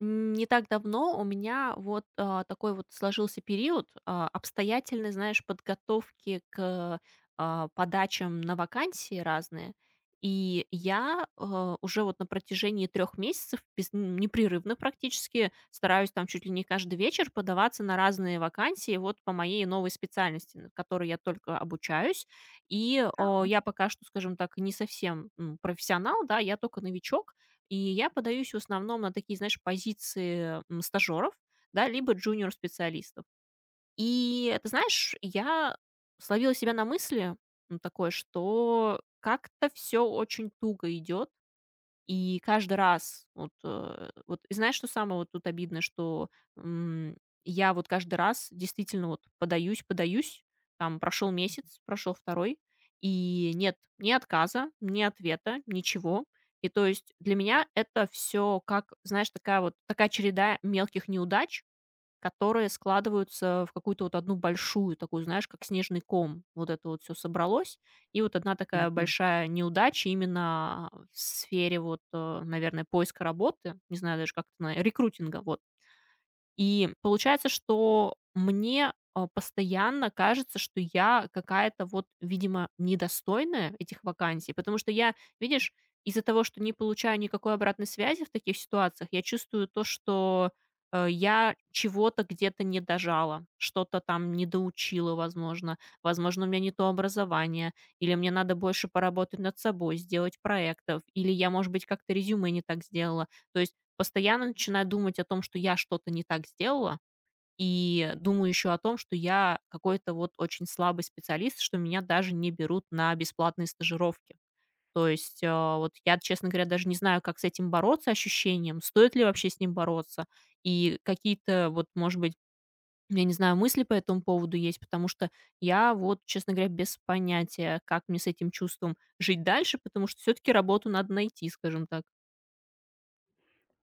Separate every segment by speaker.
Speaker 1: Не так давно у меня вот, такой вот сложился период, обстоятельной, знаешь, подготовки к, подачам на вакансии разные. И я, уже вот на протяжении 3 месяцев без непрерывно практически стараюсь там чуть ли не каждый вечер подаваться на разные вакансии вот по моей новой специальности, на которой я только обучаюсь. И,
Speaker 2: Да,
Speaker 1: я пока что, скажем так, не совсем, профессионал, да, я только новичок. И я подаюсь в основном на такие, знаешь, позиции стажеров, да, либо джуниор-специалистов. И ты знаешь, я словила себя на мысли такой, что как-то все очень туго идет, и каждый раз вот, вот и знаешь, что самое вот тут обидное, что, м, я вот каждый раз действительно вот подаюсь, там прошел месяц, прошел второй, и нет ни отказа, ни ответа, ничего. И то есть для меня это все как, знаешь, такая вот такая череда мелких неудач, которые складываются в какую-то вот одну большую такую, знаешь, как снежный ком. Вот это вот все собралось, и вот одна такая
Speaker 2: понятно.
Speaker 1: большая неудача именно в сфере вот, наверное, поиска работы. Не знаю даже, как это на рекрутинга, вот. И получается, что мне, постоянно кажется, что я какая-то вот, видимо, недостойная этих вакансий, потому что я, видишь, из-за того, что не получаю никакой обратной связи в таких ситуациях, я чувствую то, что, я чего-то где-то не дожала, что-то там не доучила, возможно. Возможно, у меня не то образование, или мне надо больше поработать над собой, сделать проектов, или я, может быть, как-то резюме не так сделала. То есть постоянно начинаю думать о том, что я что-то не так сделала, и думаю еще о том, что я какой-то вот очень слабый специалист, что меня даже не берут на бесплатные стажировки. То есть вот я, честно говоря, даже не знаю, как с этим бороться ощущением, стоит ли вообще с ним бороться, и какие-то вот, может быть, я не знаю, мысли по этому поводу есть, потому что я вот, честно говоря, без понятия, как мне с этим чувством жить дальше, потому что все-таки работу надо найти, скажем так.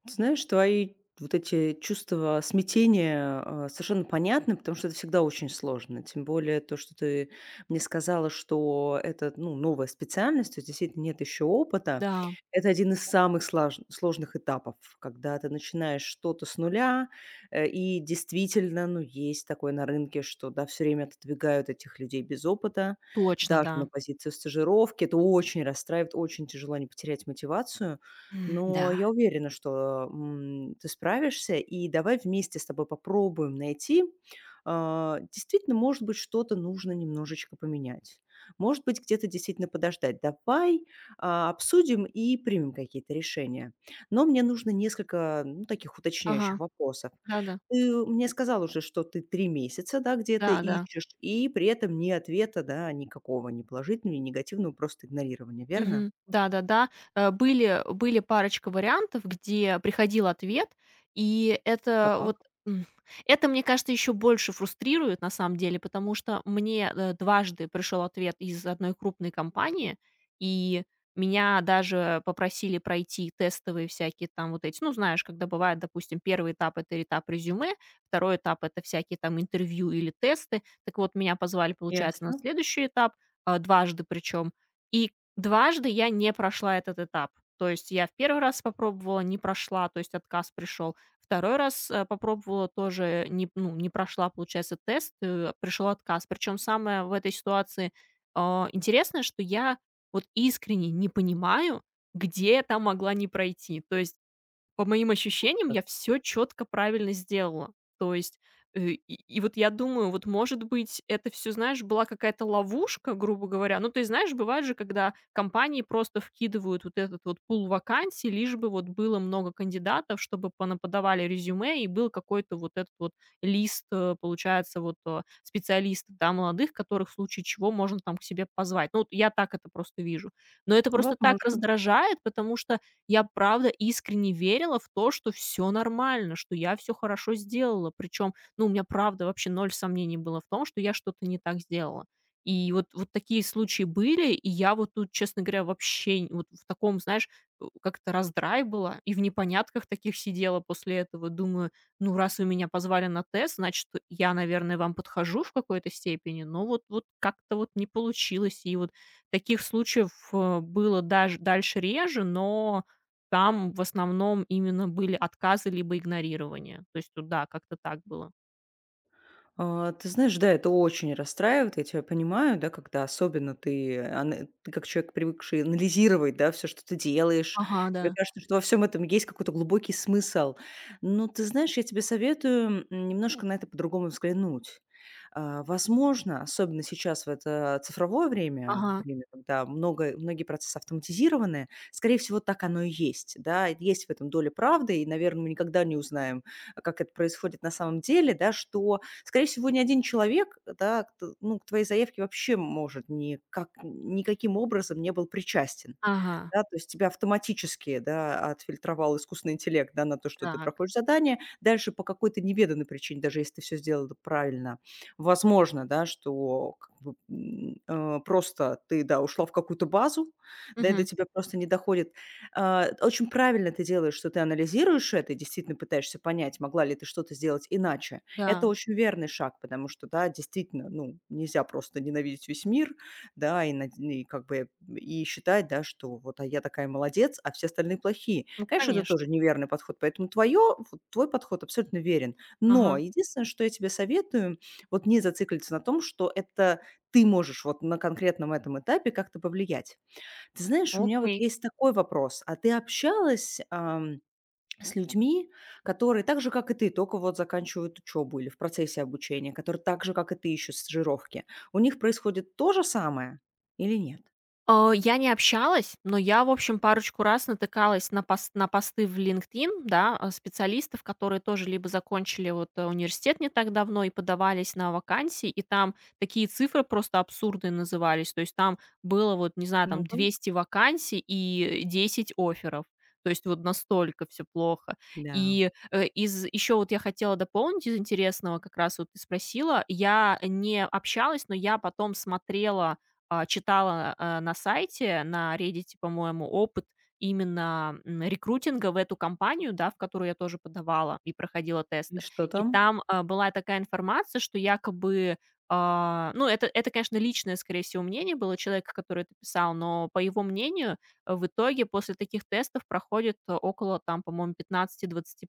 Speaker 2: Ты знаешь, твои вот эти чувства смятения, совершенно понятны, потому что это всегда очень сложно. Тем более то, что ты мне сказала, что это, ну, новая специальность, то есть действительно нет еще опыта.
Speaker 1: Да,
Speaker 2: Это один из самых сложных этапов, когда ты начинаешь что-то с нуля, и действительно, ну, есть такое на рынке, что, да, все время отодвигают этих людей без опыта,
Speaker 1: точно,
Speaker 2: даже на
Speaker 1: да.
Speaker 2: позицию стажировки. Это очень расстраивает, очень тяжело не потерять мотивацию.
Speaker 1: М,
Speaker 2: Но
Speaker 1: да,
Speaker 2: я уверена, что, ты справишься, и давай вместе с тобой попробуем найти. Действительно, может быть, что-то нужно немножечко поменять. Может быть, где-то действительно подождать. Давай, обсудим и примем какие-то решения. Но мне нужно несколько, ну, таких
Speaker 1: ага,
Speaker 2: уточняющих вопросов.
Speaker 1: да-да,
Speaker 2: Ты мне сказал уже, что ты 3 месяца, да, где-то
Speaker 1: да-да.
Speaker 2: ищешь, и при этом ни ответа, да, никакого, ни положительного, ни негативного, просто игнорирование, верно?
Speaker 1: Мгм. Да-да-да. Были парочка вариантов, где приходил ответ, и это
Speaker 2: Так.
Speaker 1: вот, м, это, мне кажется, еще больше фрустрирует на самом деле, потому что мне, дважды пришел ответ из одной крупной компании, и меня даже попросили пройти тестовые всякие там вот эти, ну, знаешь, когда бывает, допустим, первый этап - это этап резюме, второй этап - это всякие там интервью или тесты. Так вот, меня позвали, получается, на
Speaker 2: Ясно.
Speaker 1: следующий этап, дважды причем. И дважды я не прошла этот этап. То есть я в первый раз попробовала, не прошла, то есть отказ пришел. Второй раз, попробовала, тоже не ну, не прошла, получается, тест, пришел отказ. Причем самое в этой ситуации, интересное, что я вот искренне не понимаю, где там могла не пройти. То есть по моим ощущениям, я все четко правильно сделала. То есть, э, и вот я думаю, вот, может быть, это все, знаешь, была какая-то ловушка, грубо говоря. Ну, ты знаешь, бывает же, когда компании просто вкидывают вот этот вот пул вакансий, лишь бы вот было много кандидатов, чтобы понаподавали резюме и был какой-то вот этот вот лист, получается, вот, специалистов, да, молодых, которых в случае чего можно там к себе позвать. Ну, вот я так это просто вижу. Но это просто так
Speaker 2: Возможно.
Speaker 1: раздражает, потому что я правда искренне верила в то, что все нормально, что я все хорошо сделала. Причем, ну, у меня правда вообще ноль сомнений было в том, что я что-то не так сделала. И вот вот такие случаи были, и я вот тут, честно говоря, вообще вот в таком, знаешь, как-то раздрай была и в непонятках таких сидела после этого. Думаю, ну, раз вы меня позвали на тест, значит, я, наверное, вам подхожу в какой-то степени, но вот вот как-то вот не получилось. И вот таких случаев, было даже дальше реже, но там в основном именно были отказы либо игнорирование. То есть тут, да, как-то так было.
Speaker 2: Ты знаешь, да, это очень расстраивает, я тебя понимаю, да, когда особенно ты, ана ты как человек, привыкший анализировать, да, все что ты делаешь.
Speaker 1: Ага,
Speaker 2: Тебе
Speaker 1: да.
Speaker 2: кажется, что во всем этом есть какой-то глубокий смысл. Но ты знаешь, я тебе советую, немножко на это по-другому взглянуть. Возможно, особенно сейчас в это цифровое время,
Speaker 1: Ага,
Speaker 2: время, когда много многие процессы автоматизированы, скорее всего, так оно и есть, да. Есть в этом доля правды, и, наверное, мы никогда не узнаем, как это происходит на самом деле, да, что скорее всего, ни один человек, да, к т ну, к твоей заявке вообще может никак никаким образом не был причастен.
Speaker 1: ага.
Speaker 2: Да, то есть тебя автоматически, да, отфильтровал искусственный интеллект, да, на то, что ты
Speaker 1: Так.
Speaker 2: проходишь задание. Дальше по какой-то неведанной причине, даже если ты всё сделал правильно, возможно, да, что как бы, просто ты, да, ушла в какую-то базу, да, и до
Speaker 1: Мгм.
Speaker 2: тебя просто не доходит. Очень правильно ты делаешь, что ты анализируешь это и действительно пытаешься понять, могла ли ты что-то сделать иначе. Это
Speaker 1: Да.
Speaker 2: очень верный шаг, потому что, да, действительно, ну, нельзя просто ненавидеть весь мир, да, и как бы, и считать, да, что вот, а я такая молодец, а все остальные плохие.
Speaker 1: Ну,
Speaker 2: Конечно, это тоже
Speaker 1: конечно.
Speaker 2: неверный подход, поэтому твое вот твой подход абсолютно верен. Но
Speaker 1: Ага.
Speaker 2: единственное, что я тебе советую, вот не зацикливаться на том, что это ты можешь вот на конкретном этом этапе как-то повлиять. Ты знаешь, у меня вот
Speaker 1: Окей.
Speaker 2: есть такой вопрос: а ты общалась с людьми, которые так же, как и ты, только вот заканчивают учебу или в процессе обучения, которые так же, как и ты, ищут стажировки. У них происходит то же самое или нет?
Speaker 1: Я не общалась, но я, в общем, парочку раз натыкалась на посты в LinkedIn, да, специалистов, которые тоже либо закончили вот, университет не так давно и подавались на вакансии, и там такие цифры просто абсурдные назывались. То есть там было вот, не знаю, там
Speaker 2: Ну-ка.
Speaker 1: 200 вакансий и 10 офферов. То есть вот настолько все плохо.
Speaker 2: Да.
Speaker 1: И, из еще вот я хотела дополнить из интересного, как раз вот ты спросила. Я не общалась, но я потом смотрела, читала, на сайте, на «Реддите», по-моему, опыт именно, рекрутинга в эту компанию, да, в которую я тоже подавала и проходила
Speaker 2: И
Speaker 1: тесты.
Speaker 2: что
Speaker 1: И
Speaker 2: там?
Speaker 1: там, была такая информация, что якобы, ну, это, конечно, личное, скорее всего, мнение было человека, который это писал, но, по его мнению, в итоге после таких тестов проходит около, там, по-моему, 15-20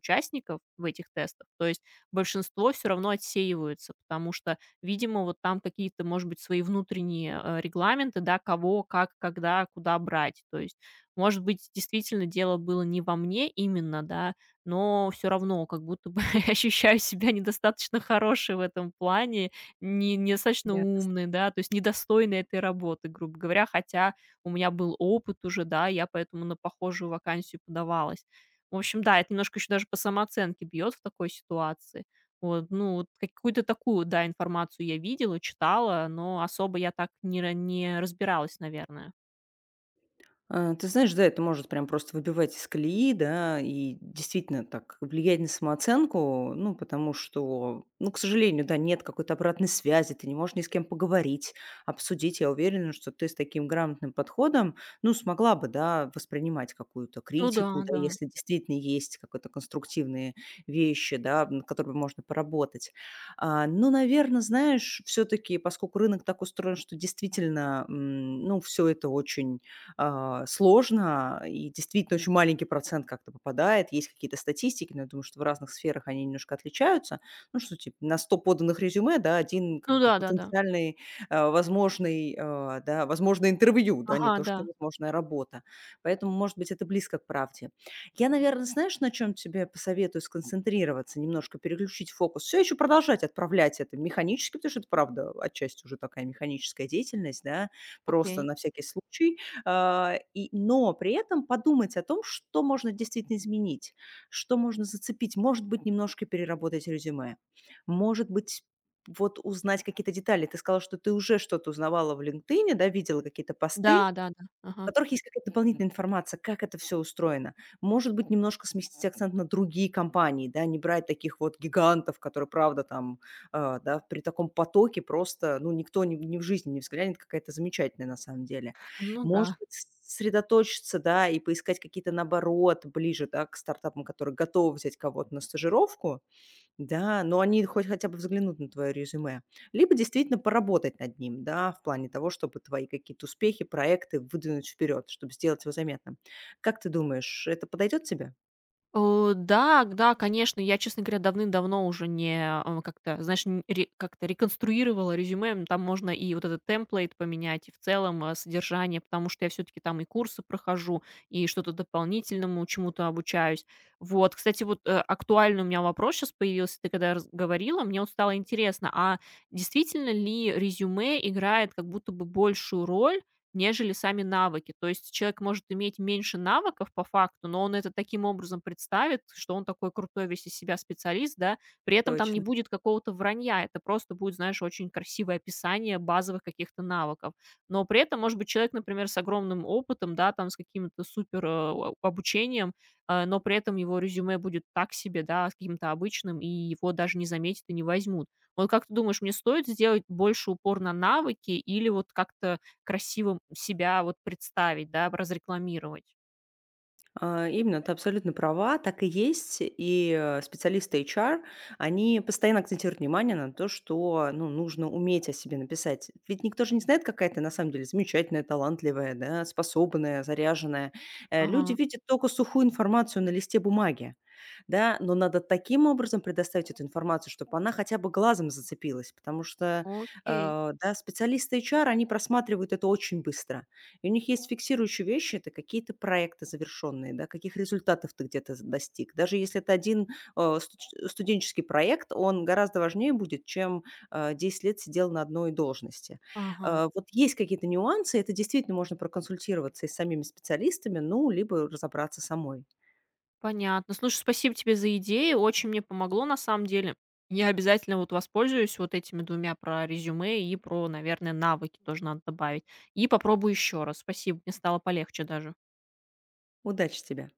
Speaker 1: участников в этих тестах. То есть большинство все равно отсеиваются, потому что видимо, вот там какие-то, может быть, свои внутренние, регламенты, да, кого, как, когда, куда брать. То есть, может быть, действительно дело было не во мне именно, да, но все равно как будто бы ощущаю себя недостаточно хорошей в этом плане, не недостаточно
Speaker 2: Я
Speaker 1: умной, да, то есть недостойной этой работы, грубо говоря. Хотя у меня был опыт уже, да, я поэтому на похожую вакансию подавалась. В общем, да, это немножко еще даже по самооценке бьет в такой ситуации. Вот, ну, вот какую-то такую, да, информацию я видела, читала, но особо я так не разбиралась, наверное.
Speaker 2: А, ты знаешь, да, это может прям просто выбивать из колеи, да, и действительно так влиять на самооценку, ну, потому что, ну, к сожалению, да, нет какой-то обратной связи, ты не можешь ни с кем поговорить, обсудить. Я уверена, что ты с таким грамотным подходом, ну, смогла бы, да, воспринимать какую-то
Speaker 1: Ну да,
Speaker 2: критику, да,
Speaker 1: да.
Speaker 2: если действительно есть какие-то конструктивные вещи, да, над которыми можно поработать. Ну, наверное, знаешь, все-таки, поскольку рынок так устроен, что действительно, ну, все это очень сложно, и действительно очень маленький процент как-то попадает. Есть какие-то статистики, но я думаю, что в разных сферах они немножко отличаются. Ну, что типа на 100 поданных резюме, да, один как
Speaker 1: Ну
Speaker 2: бы
Speaker 1: да-да-да.
Speaker 2: потенциальный, возможный, да, возможное интервью, да, не
Speaker 1: Ага,
Speaker 2: то,
Speaker 1: да.
Speaker 2: что возможная работа. Поэтому, может быть, это близко к правде. Я, наверное, знаешь, на чем тебе посоветую сконцентрироваться, немножко переключить фокус. Все еще продолжать отправлять это механически, потому что это, правда, отчасти уже такая механическая деятельность, да, просто
Speaker 1: Окей.
Speaker 2: на всякий случай, но при этом подумать о том, что можно действительно изменить, что можно зацепить. Может быть, немножко переработать резюме. Может быть, вот узнать какие-то детали. Ты сказала, что ты уже что-то узнавала в LinkedIn, да, видела какие-то посты,
Speaker 1: Да-да-да.
Speaker 2: в
Speaker 1: Ага.
Speaker 2: которых есть какая-то дополнительная информация, как это все устроено. Может быть, немножко сместить акцент на другие компании, да, не брать таких вот гигантов, которые, правда, там, да, при таком потоке просто, ну, никто ни в жизни не взглянет, какая-то замечательная на самом деле.
Speaker 1: Ну
Speaker 2: Может
Speaker 1: да.
Speaker 2: быть, сосредоточиться, да, и поискать какие-то, наоборот, ближе, да, к стартапам, которые готовы взять кого-то на стажировку, да, но они хоть хотя бы взглянут на твое резюме. Либо действительно поработать над ним, да, в плане того, чтобы твои какие-то успехи, проекты выдвинуть вперед, чтобы сделать его заметным. Как ты думаешь, это подойдет тебе?
Speaker 1: Да, да, конечно. Я, честно говоря, давным-давно уже не, как-то, знаешь, н ре как-то реконструировала резюме. Там можно и вот этот темплейт поменять, и в целом, содержание, потому что я все таки там и курсы прохожу, и что-то дополнительному чему-то обучаюсь. Вот, кстати, вот, актуальный у меня вопрос сейчас появился. Ты когда раз говорила, мне вот стало интересно, а действительно ли резюме играет как будто бы большую роль, нежели сами навыки. То есть человек может иметь меньше навыков по факту, но он это таким образом представит, что он такой крутой весь из себя специалист, да, при этом там не
Speaker 2: Точно.
Speaker 1: будет какого-то вранья, это просто будет, знаешь, очень красивое описание базовых каких-то навыков. Но при этом, может быть, человек, например, с огромным опытом, да, там с каким-то супер обучением, но при этом его резюме будет так себе, да, с каким-то обычным, и его даже не заметят и не возьмут. Вот как ты думаешь, мне стоит сделать больше упор на навыки или вот как-то красивым себя вот представить, да, разрекламировать.
Speaker 2: Именно, ты абсолютно права, так и есть. Специалисты HR, они постоянно акцентируют внимание на то, что, ну, нужно уметь о себе написать. Ведь никто же не знает, какая ты на самом деле замечательная, талантливая, да, способная, заряженная. Люди
Speaker 1: Ага.
Speaker 2: видят только сухую информацию на листе бумаги. Да, но надо таким образом предоставить эту информацию, чтобы она хотя бы глазом зацепилась, потому что,
Speaker 1: Окей.
Speaker 2: да, специалисты HR, они просматривают это очень быстро. И у них есть фиксирующие вещи, это какие-то проекты завершенные, да, каких результатов ты где-то достиг. Даже если это один студенческий проект, он гораздо важнее будет, чем 10 лет сидел на одной должности.
Speaker 1: Ага,
Speaker 2: Вот есть какие-то нюансы, это действительно можно проконсультироваться и с самими специалистами, ну, либо разобраться самой.
Speaker 1: понятно. Слушай, спасибо тебе за идеи, очень мне помогло на самом деле. Я обязательно вот воспользуюсь вот этими двумя про резюме и про, наверное, навыки тоже надо добавить. И попробую еще раз. Спасибо, мне стало полегче даже.
Speaker 2: Удачи тебе!